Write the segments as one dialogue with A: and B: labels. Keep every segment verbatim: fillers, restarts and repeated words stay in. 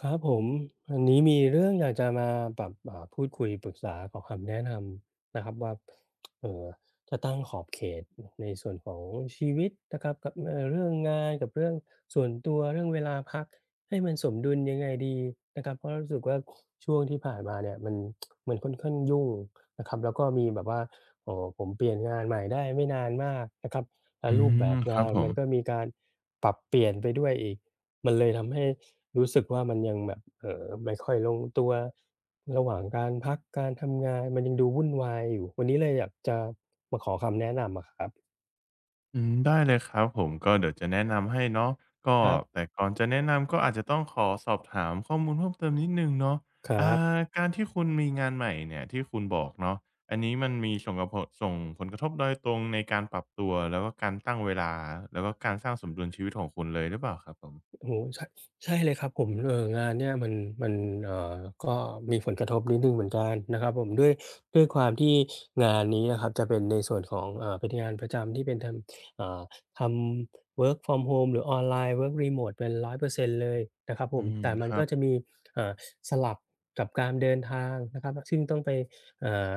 A: ครับผมอันนี้มีเรื่องอยากจะมาแบบอ่าพูดคุยปรึกษาขอคำแนะนำนะครับว่าเออจะตั้งขอบเขตในส่วนของชีวิตนะครับกับเอ่อเรื่องงานกับเรื่องส่วนตัวเรื่องเวลาพักให้มันสมดุลยังไงดีนะครับเพราะรู้สึกว่าช่วงที่ผ่านมาเนี่ยมันมันค่อนข้างยุ่งนะครับแล้วก็มีแบบว่าโอ้ผมเปลี่ยนงานใหม่ได้ไม่นานมากนะครับแล้
B: อื
A: วรูปแบ
B: ม
A: บ
B: ครั
A: งา
B: บ
A: น
B: ผ
A: มั
B: ม
A: นก็มีการปรับเปลี่ยนไปด้วยอีก มันเลยทำให้รู้สึกว่ามันยังแบบเอ่อไม่ค่อยลงตัวระหว่างการพักการทำงานมันยังดูวุ่นวายอยู่วันนี้เลยอยากจะมาขอคำแนะนำอะครับ
B: อืมได้เลยครับผมก็เดี๋ยวจะแนะนำให้เนาะก็
A: ครับ
B: แต่ก่อนจะแนะนำก็อาจจะต้องขอสอบถามข้อมูลเพิ่มเติมนิดหนึ่งเนาะ
A: ค
B: อ่า
A: รับ
B: การที่คุณมีงานใหม่เนี่ยที่คุณบอกเนาะอันนี้มันมีส่งกระพดส่งผลกระทบโดยตรงในการปรับตัวแล้วก็การตั้งเวลาแล้วก็การสร้างสมดุลชีวิตของคุณเลยหรือเปล่าครับผม
A: โอ้โฮใช่ใช่เลยครับผมเอ่องานเนี่ยมันมันเอ่อก็มีผลกระทบนิดหนึ่งเหมือนกันนะครับผมด้วยด้วยความที่งานนี้นะครับจะเป็นในส่วนของเอ่อเป็นงานประจำที่เป็นทำอ่าทำ work from home หรือออนไลน์ work remote เป็นร้อยเปอร์เซ็นต์เปอร์เซ็นต์เลยนะครับผ
B: อื
A: ม
B: ม
A: แต่มั
B: ค
A: น
B: รั
A: ก็
B: บ
A: จะมีเอ่อสลับกับการเดินทางนะครับซึ่งต้องไปเอ่อ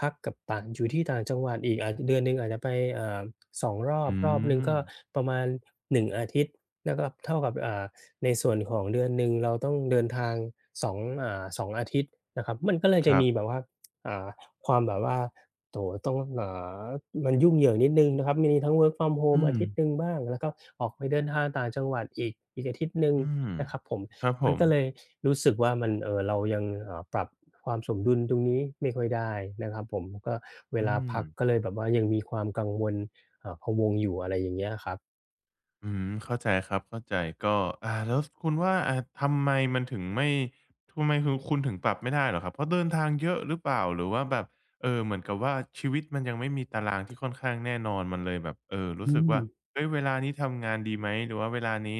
A: พักกับต่างอยู่ที่ต่างจังหวัดอีกอาจเดือนหนึ่งอาจจะไปเอ่อสองรอบ
B: อื
A: รอบหนึ่ง
B: ม
A: ก็ประมาณหนึ่งอาทิตย์แล้วก็เท่ากับอ่าในส่วนของเดือนหนึ่งเราต้องเดินทางสองอ่าสองอาทิตย์นะครับมันก็เลย
B: ค
A: จะ
B: รับ
A: มีแบบว่าอ่าความแบบว่าโอ้โฮต้องอ่ามันยุ่งเหยิงนิดหนึ่งนะครับมีทั้ง work from home
B: อื
A: อา
B: ม
A: ทิตย์หนึ่งบ้างแล้วก็ออกไปเดินทางต่างจังหวัดอีกอีกอาทิตย์หนึ่ง
B: อืม
A: นะครับผม
B: ครับผ
A: มัน
B: ม
A: ก็เลยรู้สึกว่ามันเอ่อเรายังเอ่อปรับความสมดุลตรงนี้ไม่ค่อยได้นะครับผมก็เว
B: อื
A: ลา
B: ม
A: พักก็เลยแบบว่ายังมีความกังวลเอ่อพะวงอยู่อะไรอย่างเงี้ยครับ
B: อืมเข้าใจครับเข้าใจก็อ่าแล้วคุณว่าอ่าทำไมมันถึงไม่ทำไมคือคุณถึงปรับไม่ได้เหรอครับเพราะเดินทางเยอะหรือเปล่าหรือว่าแบบเอ่อเหมือนกับว่าชีวิตมันยังไม่มีตารางที่ค่อนข้างแน่นอนมันเลยแบบเอ่อรู้
A: อื
B: สึก
A: ม
B: ว่าเฮ้ยเวลานี้ทำงานดีไหมหรือว่าเวลานี้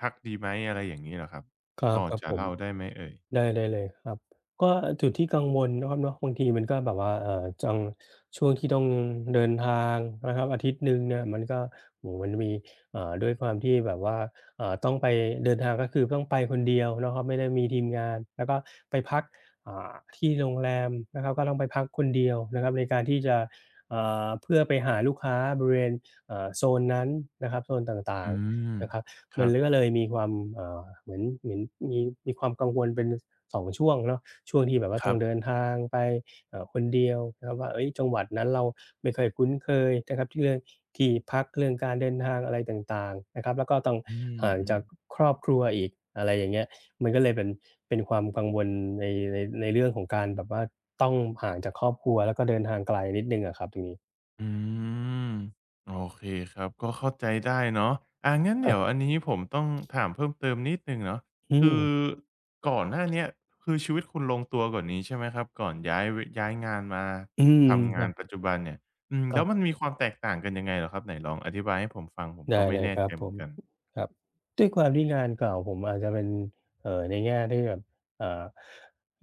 B: พักดีไหมอะไรอย่างงี้เหรอครับ
A: ครั
B: พ
A: บ
B: อ
A: ครับ
B: จะ
A: ผม
B: เล่าได้ไหมเอ่ย
A: ได้ได้เลยครับก็จุดที่กังวลนะครับเนาะบางทีมันก็แบบว่าเอ่อจังช่วงที่ต้องเดินทางนะครับอาทิตย์หนึ่งเนี่ยมันก็โอ้โฮมันมีอ่าด้วยความที่แบบว่าอ่าต้องไปเดินทางก็คือต้องไปคนเดียวนะครับไม่ได้มีทีมงานแล้วก็ไปพักอ่าที่โรงแรมนะครับก็ต้องไปพักคนเดียวนะครับในการที่จะอ่าเพื่อไปหาลูกค้าบริเวณอ่าโซนนั้นนะครับโซนต่า
B: อื
A: ง
B: ม
A: ๆนะครับ
B: ค
A: มั
B: รั
A: น
B: บ
A: ก็เลยมีความเอ่อเหมือนเหมือนมีมีความกังวลเป็นสองช่วงเนาะช่วงที่แบบว่า
B: ค
A: ต้อ
B: รั
A: งเดิน
B: บ
A: ทางไปเอ่อคนเดียวนะครับว่าเฮ้ยจังหวัดนั้นเราไม่ค่อยคุ้นเคยนะครับที่เรื่องที่พักเรื่องการเดินทางอะไรต่างๆนะครับแล้วก็ต้อง
B: อื
A: ห่างจา
B: ม
A: ก
B: ๆ
A: ครอบครัวอีกอะไรอย่างเงี้ยมันก็เลยเป็นเป็นความกังวลในในในเรื่องของการแบบว่าต้องห่างจากครอบครัวแล้วก็เดินทางไกลนิดหนึ่งอะครับตรงนี้
B: อืมโอเคครับก็เข้าใจได้เนาะอางั้น
A: ครั
B: เดี๋ยว
A: บ
B: อันนี้ผมต้องถามเพิ่มเติมนิดหนึ่งเนาะ
A: อืม
B: คือก่อนหน้าเนี้ยคือชีวิตคุณลงตัวกว่านี้ใช่ไหมครับก่อนย้ายวย้ายงานมา
A: อืม
B: ทำ
A: ค
B: งา
A: รั
B: นปัจ
A: บ
B: จุบันเนี่ยอืม
A: ครั
B: แล้วมั
A: บ
B: นมีความแตกต่างกันยังไงเหรอครับไหนลองอธิบายให้ผมฟังผมก็
A: ได้
B: ไม่
A: เลย
B: แน่
A: ครั
B: ใจ
A: บผ
B: เหมือ
A: ม
B: นกัน
A: ครับด้วยความที่งานเก่าผมอาจจะเป็นเอ่อในแง่ที่แบบเอ่า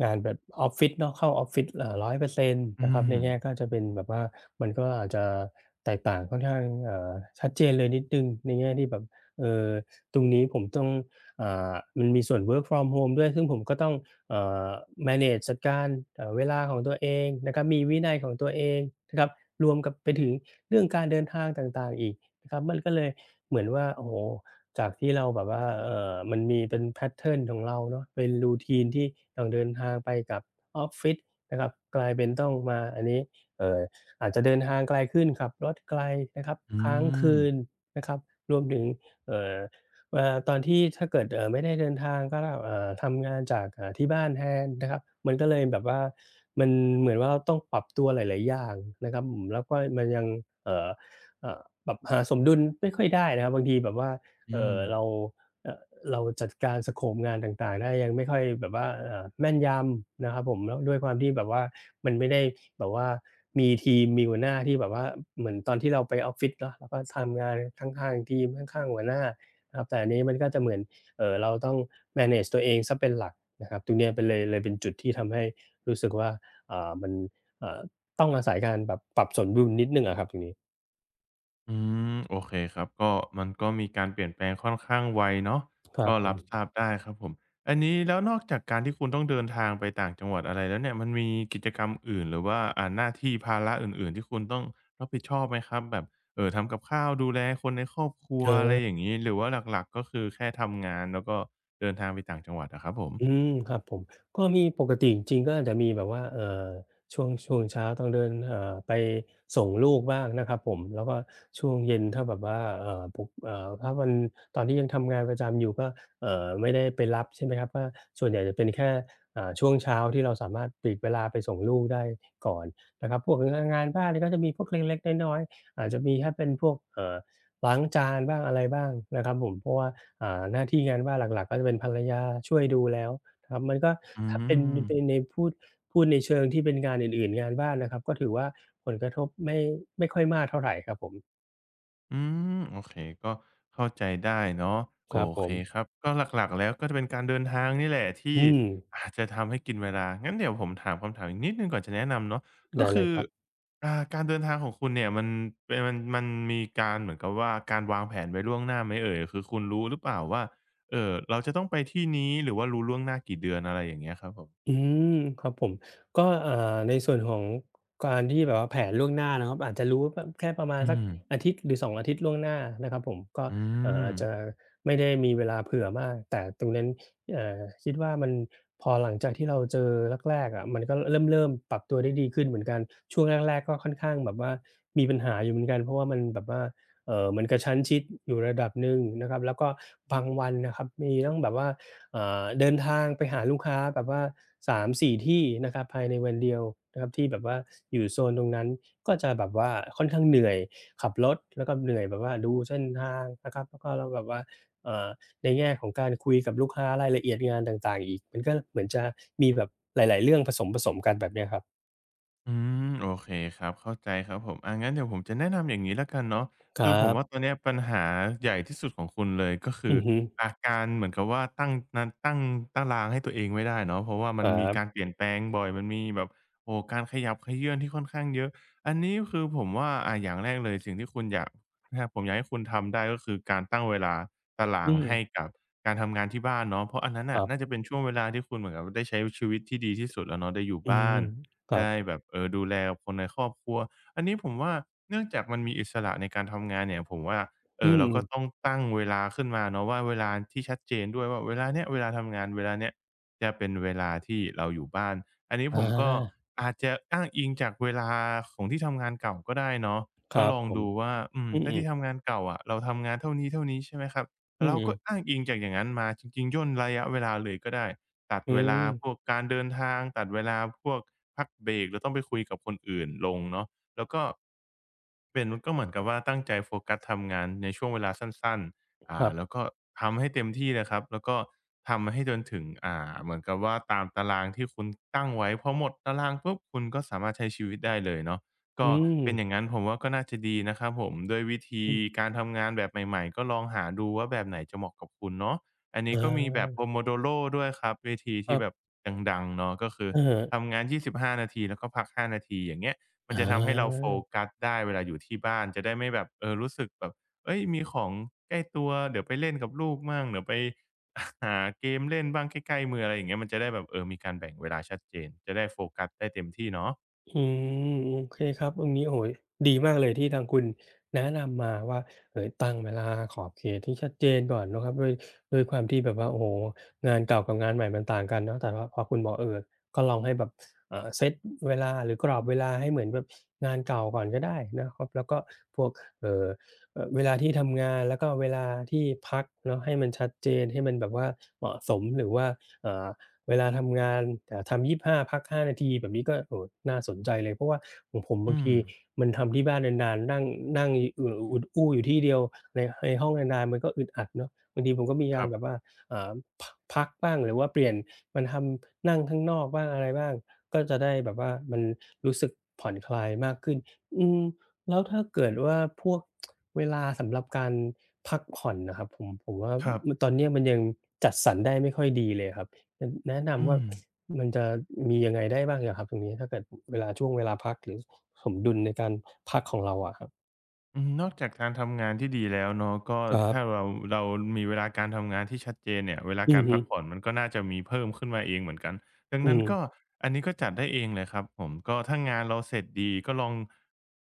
A: งานแบบออฟฟิศเนาะเข้าออฟฟิศเอ่าร้อยเปอร์เซ็นต์นต์
B: อื
A: นะครับ
B: ม
A: ในแง่ก็จะเป็นแบบว่ามันก็อาจจะแตกต่างค่อนข้างเอ่อชัดเจนเลยนิดหนึ่งในแง่ที่แบบเอ่อตรงนี้ผมต้องอ่ามันมีส่วน work from home ด้วยซึ่งผมก็ต้องเอ่อ manage จัดการเอ่อเวลาของตัวเองนะครับมีวินัยของตัวเองนะครับรวมกับไปถึงเรื่องการเดินทางต่างๆอีกนะครับมันก็เลย เหมือนว่าโอ้โฮจากที่เราแบบว่าเอ่อมันมีเป็นแพตเทิร์นของเราเนาะเป็น routine ที่ต้องเดินทางไปกับออฟฟิศนะครับกลายเป็นต้องมาอันนี้เอ่ออาจจะเดินทางไกลขึ้นขับรถไกลนะครับ
B: อื
A: ค้าง
B: ม
A: คืนนะครับรวมถึงเอ่อเวลาตอนที่ถ้าเกิดเอ่อไม่ได้เดินทางก็เอ่อทำงานจากอ่าที่บ้านแทนนะครับมันก็เลยแบบว่ามันเหมือนว่าเราต้องปรับตัวหลายๆอย่างนะครับอืมแล้วก็มันยังเอ่อเอ่อ แบบหาสมดุลไม่ค่อยได้นะครับบางทีแบบว่า
B: อื
A: เอ่อ
B: ม
A: เราเอ่อเราจัดการสโคปงานต่างๆได้ยังไม่ค่อยแบบว่าเอ่อแม่นยำนะครับผมแล้วด้วยความที่แบบว่ามันไม่ได้แบบว่ามีทีมมีหัวหน้าที่แบบว่าเหมือนตอนที่เราไปออฟฟิศเนาะเราก็ทำงานข้างๆทีมข้างๆหัวหน้านะครับแต่อันนี้มันก็จะเหมือนเอ่อเราต้อง manage ตัวเองเสียเป็นหลักนะครับตรงเนี้ยเป็นเลยเลยเป็นจุดที่ทำให้รู้สึกว่าอ่ามันอ่าต้องอาศัยการแบบปรับสมดุลนิดหนึ่งอะครับตรงนี้
B: อืมโอเคครับก็มันก็มีการเปลี่ยนแปลงค่อนข้างไวเนาะ
A: ครับ
B: ก็
A: ผ
B: รับทรา
A: ม
B: บได้ครับผมอันนี้แล้วนอกจากการที่คุณต้องเดินทางไปต่างจังหวัดอะไรแล้วเนี่ยมันมีกิจกรรมอื่นหรือว่าอ่าหน้าที่ภาระอื่นๆที่คุณต้องรับผิดชอบไหมครับแบบเอ่อทำกับข้าวดูแลคนในครอบครัว
A: เออ
B: อะไรอย่างงี้หรือว่าหลักๆก็คือแค่ทำงานแล้วก็เดินทางไปต่างจังหวัดอะครับผ
A: อื
B: ม
A: มครับผมก็มีปกติจริงๆก็อาจจะมีแบบว่าเอ่อช่วงช่วงเช้าต้องเดินเอ่อไปส่งลูกบ้างนะครับผมแล้วก็ช่วงเย็นถ้าแบบว่าเอ่อปุกเอ่อถ้าวันตอนที่ยังทำงานประจำอยู่ก็เอ่อไม่ได้ไปรับใช่ไหมครับก็ส่วนใหญ่จะเป็นแค่อ่าช่วงเช้าที่เราสามารถปลีกเวลาไปส่งลูกได้ก่อนนะครับพวกงงานบ้านนี่ก็จะมีพวกเล็กๆน้อยๆอาจจะมีแค่เป็นพวกเอ่อล้างจานบ้างอะไรบ้างนะครับผมเพราะว่า อ่าหน้าที่งานว่างหลักๆก็จะเป็นภรรยาช่วยดูแล้วครับมันก็
B: อื
A: ถ้าเป็นเป็น
B: ม
A: ในพูดพูดในเชิงที่เป็นงานอื่นๆงานบ้านนะครับก็ถือว่าผลกระทบไม่ไม่ค่อยมากเท่าไรครับผม
B: อืมโอเคก็เข้าใจได้เนาะ
A: ค
B: โอ
A: รับผ
B: เค
A: ม
B: ครับก็หลักๆแล้วก็จะเป็นการเดินทางนี่แหละที่
A: อืม
B: อาจจะทำให้กินเวลางั้นเดี๋ยวผมถามคำถามอีกนิดหนึ่งก่อนจะแนะนำเนาะก็
A: ได้เลย
B: คือ
A: ครับ
B: อ่าการเดินทางของคุณเนี่ยมันเป็นมันมันมีการเหมือนกับว่าการวางแผนไว้ล่วงหน้าไหมเอ่ยคือคุณรู้หรือเปล่าว่าเอ่อเราจะต้องไปที่นี้หรือว่ารู้ล่วงหน้ากี่เดือนอะไรอย่างเงี้ยครับผม
A: อืมครับผมก็เอ่อในส่วนของการที่แบบว่าแผนล่วงหน้านะครับอาจจะรู้ว่าแบบแค่ประมาณ
B: อื
A: สัก
B: ม
A: อาทิตย์หรือสองอาทิตย์ล่วงหน้านะครับผมก็
B: อื
A: เอ่อ
B: ม
A: อาจจะไม่ได้มีเวลาเผื่อมากแต่ตรงนั้นเอ่อคิดว่ามันพอหลังจากที่เราเจอแรกๆอะมันก็เริ่มๆปรับตัวได้ดีขึ้นเหมือนกันช่วงแรกๆก็ค่อนข้างแบบว่ามีปัญหาอยู่เหมือนกันเพราะว่ามันแบบว่าเอ่อมันกระชั้นชิดอยู่ระดับหนึ่งนะครับแล้วก็บางวันนะครับมีต้องแบบว่า เอ่อเดินทางไปหาลูกค้าแบบว่าสามถึงสี่ที่นะครับภายในวันเดียวนะครับที่แบบว่าอยู่โซนตรงนั้นก็จะแบบว่าค่อนข้างเหนื่อยขับรถแล้วก็เหนื่อยแบบว่าดูเส้นทางนะครับแล้วก็เราแบบว่าเอ่อในแง่ของการคุยกับลูกค้ารายละเอียดงานต่างๆอีกมันก็เหมือนจะมีแบบหลายๆเรื่องผสมๆกันแบบเนี้ยครับ
B: อืมโอเคครับเข้าใจครับผมอางั้นเดี๋ยวผมจะแนะนำอย่างงี้แล้วกันเนาะ
A: ค
B: คือ
A: รั
B: ผมว่าต
A: บ
B: อนเนี้ยปัญหาใหญ่ที่สุดของคุณเลยก็คื
A: อื
B: อ
A: อฮึ
B: อาการเหมือนกับว่าตั้งนตั้งตารางให้ตัวเองไม่ได้เนาะเพราะว่ามั
A: ค
B: น
A: รั
B: มีการ
A: บ
B: เปลี่ยนแปลงบ่อยมันมีแบบโอ้โฮการขยับเขยื้อนที่ค่อนข้างเยอะอันนี้คือผมว่าอ่าอย่างแรกเลยสิ่งที่คุณอยากนะครับผมอยากให้คุณทำได้ก็คือการตั้งเวลาตาราง
A: อืม
B: ให้กับการทำงานที่บ้านเนาะเพราะอันนั้น
A: ค
B: น่ะน่า
A: รับ
B: จะเป็นช่วงเวลาที่คุณเหมือนกับได้ใช้ชีวิตที่ดีที่สุดแล้วเนาะได้อยู่
A: อื
B: บ้า
A: ม
B: น
A: ครั
B: ได้
A: บ
B: แบบเออดูแลกับคนในครอบครัวอันนี้ผมว่าเนื่องจากมันมีอิสระในการทำงานเนี่ยผมว่า
A: อื
B: เอ่อ
A: ม
B: เราก็ต้องตั้งเวลาขึ้นมาเนาะว่าเวลาที่ชัดเจนด้วยว่าเวลาเนี้ยเวลาทำงานเวลาเนี้ยจะเป็นเวลาที่เราอยู่บ้านอันนี้ผ
A: อา
B: มก็อาจจะอ้างอิงจากเวลาของที่ทำงานเก่าก็ได้เนาะ
A: ค
B: ก็
A: รับ
B: ลอง
A: ผม
B: ดูว่าอืม
A: อื
B: ถ้า
A: ม
B: ที่ทำงานเก่าอะเราทำงานเท่านี้ๆใช่ไหมครับ
A: ๆอื
B: เรา
A: ม
B: ก็อ้างอิงจากอย่างนั้นมาจริงๆย่นระยะเวลาเลยก็ได้ตัด
A: ๆอื
B: เวลา
A: ม
B: พวกการเดินทางตัดเวลาพวกพักเบรกหรือต้องไปคุยกับคนอื่นลงเนาะแล้วก็เป็นก็เหมือนกับว่าตั้งใจโฟกัสทำงานในช่วงเวลาสั้นๆ
A: ค
B: อ่า
A: รั
B: แล้ว
A: บ
B: ก็ทำให้เต็มที่เลยครับแล้วก็ทำให้จนถึงอ่าเหมือนกับว่าตามตารางที่คุณตั้งไว้พอหมดตารางปุ๊บคุณก็สามารถใช้ชีวิตได้เลยเนาะ ก็เป็นอย่างนั้นผมว่าก็น่าจะดีนะครับผมด้วยวิธี
A: อืม
B: การทำงานแบบใหม่ๆก็ลองหาดูว่าแบบไหนจะเหมาะกับคุณเนาะอัน
A: อ
B: นี้ก็มีแบบ
A: า
B: โพโมโดโร ดโรด้วยครับวิธี
A: ค
B: ที่
A: รั
B: แบบ
A: บ
B: ดังๆเนาะก็คือ
A: อะฮะ
B: ทำงานยี่สิบห้านาทีแล้วก็พักห้านาทีอย่างเงี้ยมัน
A: อา
B: จะทำให้เราโฟกัสได้เวลาอยู่ที่บ้านจะได้ไม่แบบเออรู้สึกแบบเอ้ยมีของใกล้ตัวเดี๋ยวไปเล่นกับลูกมั่งเดี๋ยวไป หาเกมเล่นบ้างใกล้ๆมืออะไรอย่างเงี้ยมันจะได้แบบเออมีการแบ่งเวลาชัดเจนจะได้โฟกัสได้เต็มที่เนาะ
A: อืมโอเคครับตรงนี้โอ้โฮดีมากเลยที่ทางคุณแนะนำมาว่าเอ่อตั้งเวลาขอบเขตที่ชัดเจนก่อนเนาะครับด้วยด้วยความที่แบบว่าโอ้โฮงานเก่ากับงานใหม่มันต่างกันเนาะแต่ว่าพอคุณบอกเอ่อก็ลองให้แบบอ่าเซตเวลาหรือกรอบเวลาให้เหมือนแบบงานเก่าก่อนก็ได้นะครับแล้วก็พวกเอ่อเอ่อเวลาที่ทำงานแล้วก็เวลาที่พักเนาะให้มันชัดเจนให้มันแบบว่าเหมาะสมหรือว่าเอ่อ เวลาทำงานอ่าทำยี่สิบห้าพักห้านาทีแบบนี้ก็โอ้น่าสนใจเลยเพราะว่าของผมบาง
B: อืม
A: ทีมันทำที่บ้านนานๆนั่งนั่งอยู่อุดอู้อยู่ที่เดียวในในห้องนานๆมันก็อึดอัดเนาะบางทีผมก็มี
B: ค
A: การ
B: รับ
A: แบบว่าอ่าพกพักบ้างหรือว่าเปลี่ยนมนทำนั่งข้างนอกบ้างอะไรบ้างก็จะได้แบบว่ามันรู้สึกผ่อนคลายมากขึ้นอืมแล้วถ้าเกิดว่าพวกเวลาสำหรับการพักผ่อนนะครับผมผมว่า
B: ครับ
A: ตอนเนี้ยมันยังจัดสรรได้ไม่ค่อยดีเลยครับ จะแนะนำ
B: อื
A: ว่า
B: ม
A: มันจะมียังไงได้บ้างอะครับตรงนี้ถ้าเกิดเวลาช่วงเวลาพักหรือสมดุลในการพักของเราอะครับ
B: อืมนอกจากการทำงานที่ดีแล้วเนาะก็
A: ครับ
B: ถ้าเราเรามีเวลาการทำงานที่ชัดเจนเนี่ยเวลา
A: อื
B: กา
A: อ
B: ร
A: ฮึ
B: พักผ่อนมันก็น่าจะมีเพิ่มขึ้นมาเองเหมือนกันดัง
A: อื
B: นั้นก็
A: ม
B: อันนี้ก็จัดได้เองเลยครับผมก็ถ้างานเราเสร็จดีก็ลอง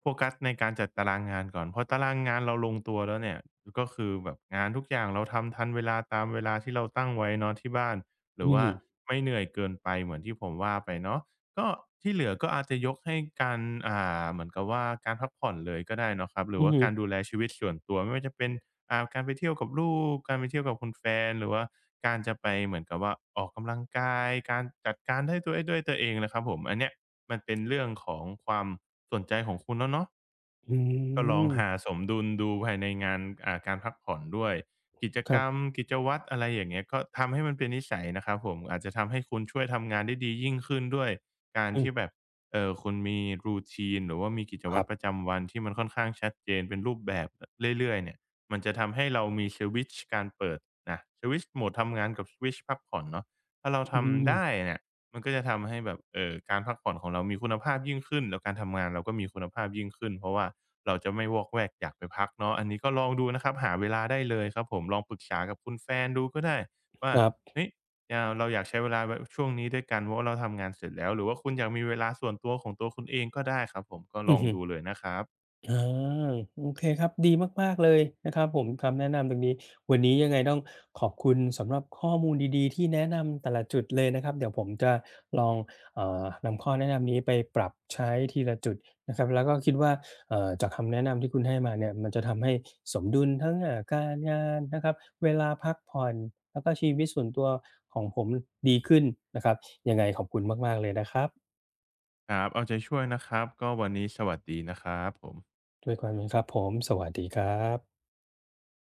B: โฟกัสในการจัดตารางงานก่อนพอตารางงานเราลงตัวแล้วเนี่ยก็คือแบบงานทุกอย่างเราทำทันเวลาตามเวลาที่เราตั้งไว้เนาะที่บ้านห
A: อื
B: รือว่า
A: ม
B: ไม่เหนื่อยเกินไปเหมือนที่ผมว่าไปเนาะ ก็ที่เหลือก็อาจจะยกให้การอ่าเหมือนกับว่าการพักผ่อนเลยก็ได้เนาะครับหรือ
A: อือ
B: ว่า
A: ฮึ
B: การดูแลชีวิตส่วนตัวไม่ว่าจะเป็นอ่าการไปเที่ยวกับลูกการไปเที่ยวกับคุณแฟนหรือว่าการจะไปเหมือนกับว่าออกกำลังกายการจัดการให้ตัวด้วยตัวเองนะครับผมอันเนี้ยมันเป็นเรื่องของความสนใจของคุณแล้วเนาะ
A: อื
B: ก็ลอง
A: ม
B: หาสมดุลดูภายในงานอ่าการพักผ่อนด้วยกิจ
A: ค
B: ก
A: รั
B: รรม
A: บ
B: กิจวัตรอะไรอย่างเงี้ยก็ทำให้มันเป็นนิสัยนะครับผมอาจจะทำให้คุณช่วยทำงานได้ดียิ่งขึ้นด้วยการ
A: อื
B: ที่แบ
A: ม
B: บเอ่อคุณมี รูทีน หรือว่ามีกิจ
A: ค
B: วั
A: รั
B: ตรประ
A: บ
B: จำวันที่มันค่อนข้างชัดเจนเป็นรูปแบบเรื่อยๆเนี่ยมันจะทำให้เรามีสวิตช์การเปิดนะสวิตช์โหมดทำงานกับสวิตช์พักผ่อนเนาะถ้าเรา
A: อืม
B: ทำได้เนี่ย มันก็จะทำให้แบบเอ่อการพักผ่อนของเรามีคุณภาพยิ่งขึ้นแล้วการทำงานเราก็มีคุณภาพยิ่งขึ้นเพราะว่าเราจะไม่วอกแวกอยากไปพักเนาะอันนี้ก็ลองดูนะครับหาเวลาได้เลยครับผมลองปรึกษากับคุณแฟนดูก็ได้ว่า
A: ครับ
B: เฮ้ยยาวเราอยากใช้เวลาแบบช่วงนี้ด้วยกันเพราะว่าเราทำงานเสร็จแล้วหรือว่าคุณอยากมีเวลาส่วนตัวของตัวคุณเองก็ได้ครับผมก็ล
A: อือ
B: อง
A: ฮึ
B: ดูเลยนะครับ
A: อาโอเคครับดีมากๆเลยนะครับผมคำแนะนำตรงนี้วันนี้ยังไงต้องขอบคุณสำหรับข้อมูลดีๆที่แนะนำแต่ละจุดเลยนะครับเดี๋ยวผมจะลองเอ่อนำข้อแนะนำนี้ไปปรับใช้ทีละจุดนะครับแล้วก็คิดว่าเอ่อจากคำแนะนำที่คุณให้มาเนี่ยมันจะทำให้สมดุลทั้งอ่าการงานนะครับเวลาพักผ่อนแล้วก็ชีวิตส่วนตัวของผมดีขึ้นนะครับยังไงขอบคุณมากๆเลยนะครับ
B: ครับเอาใจช่วยนะครับก็วันนี้สวัสดีนะครับผม
A: ด้วยความยินดีครับผมสวัสดีครับ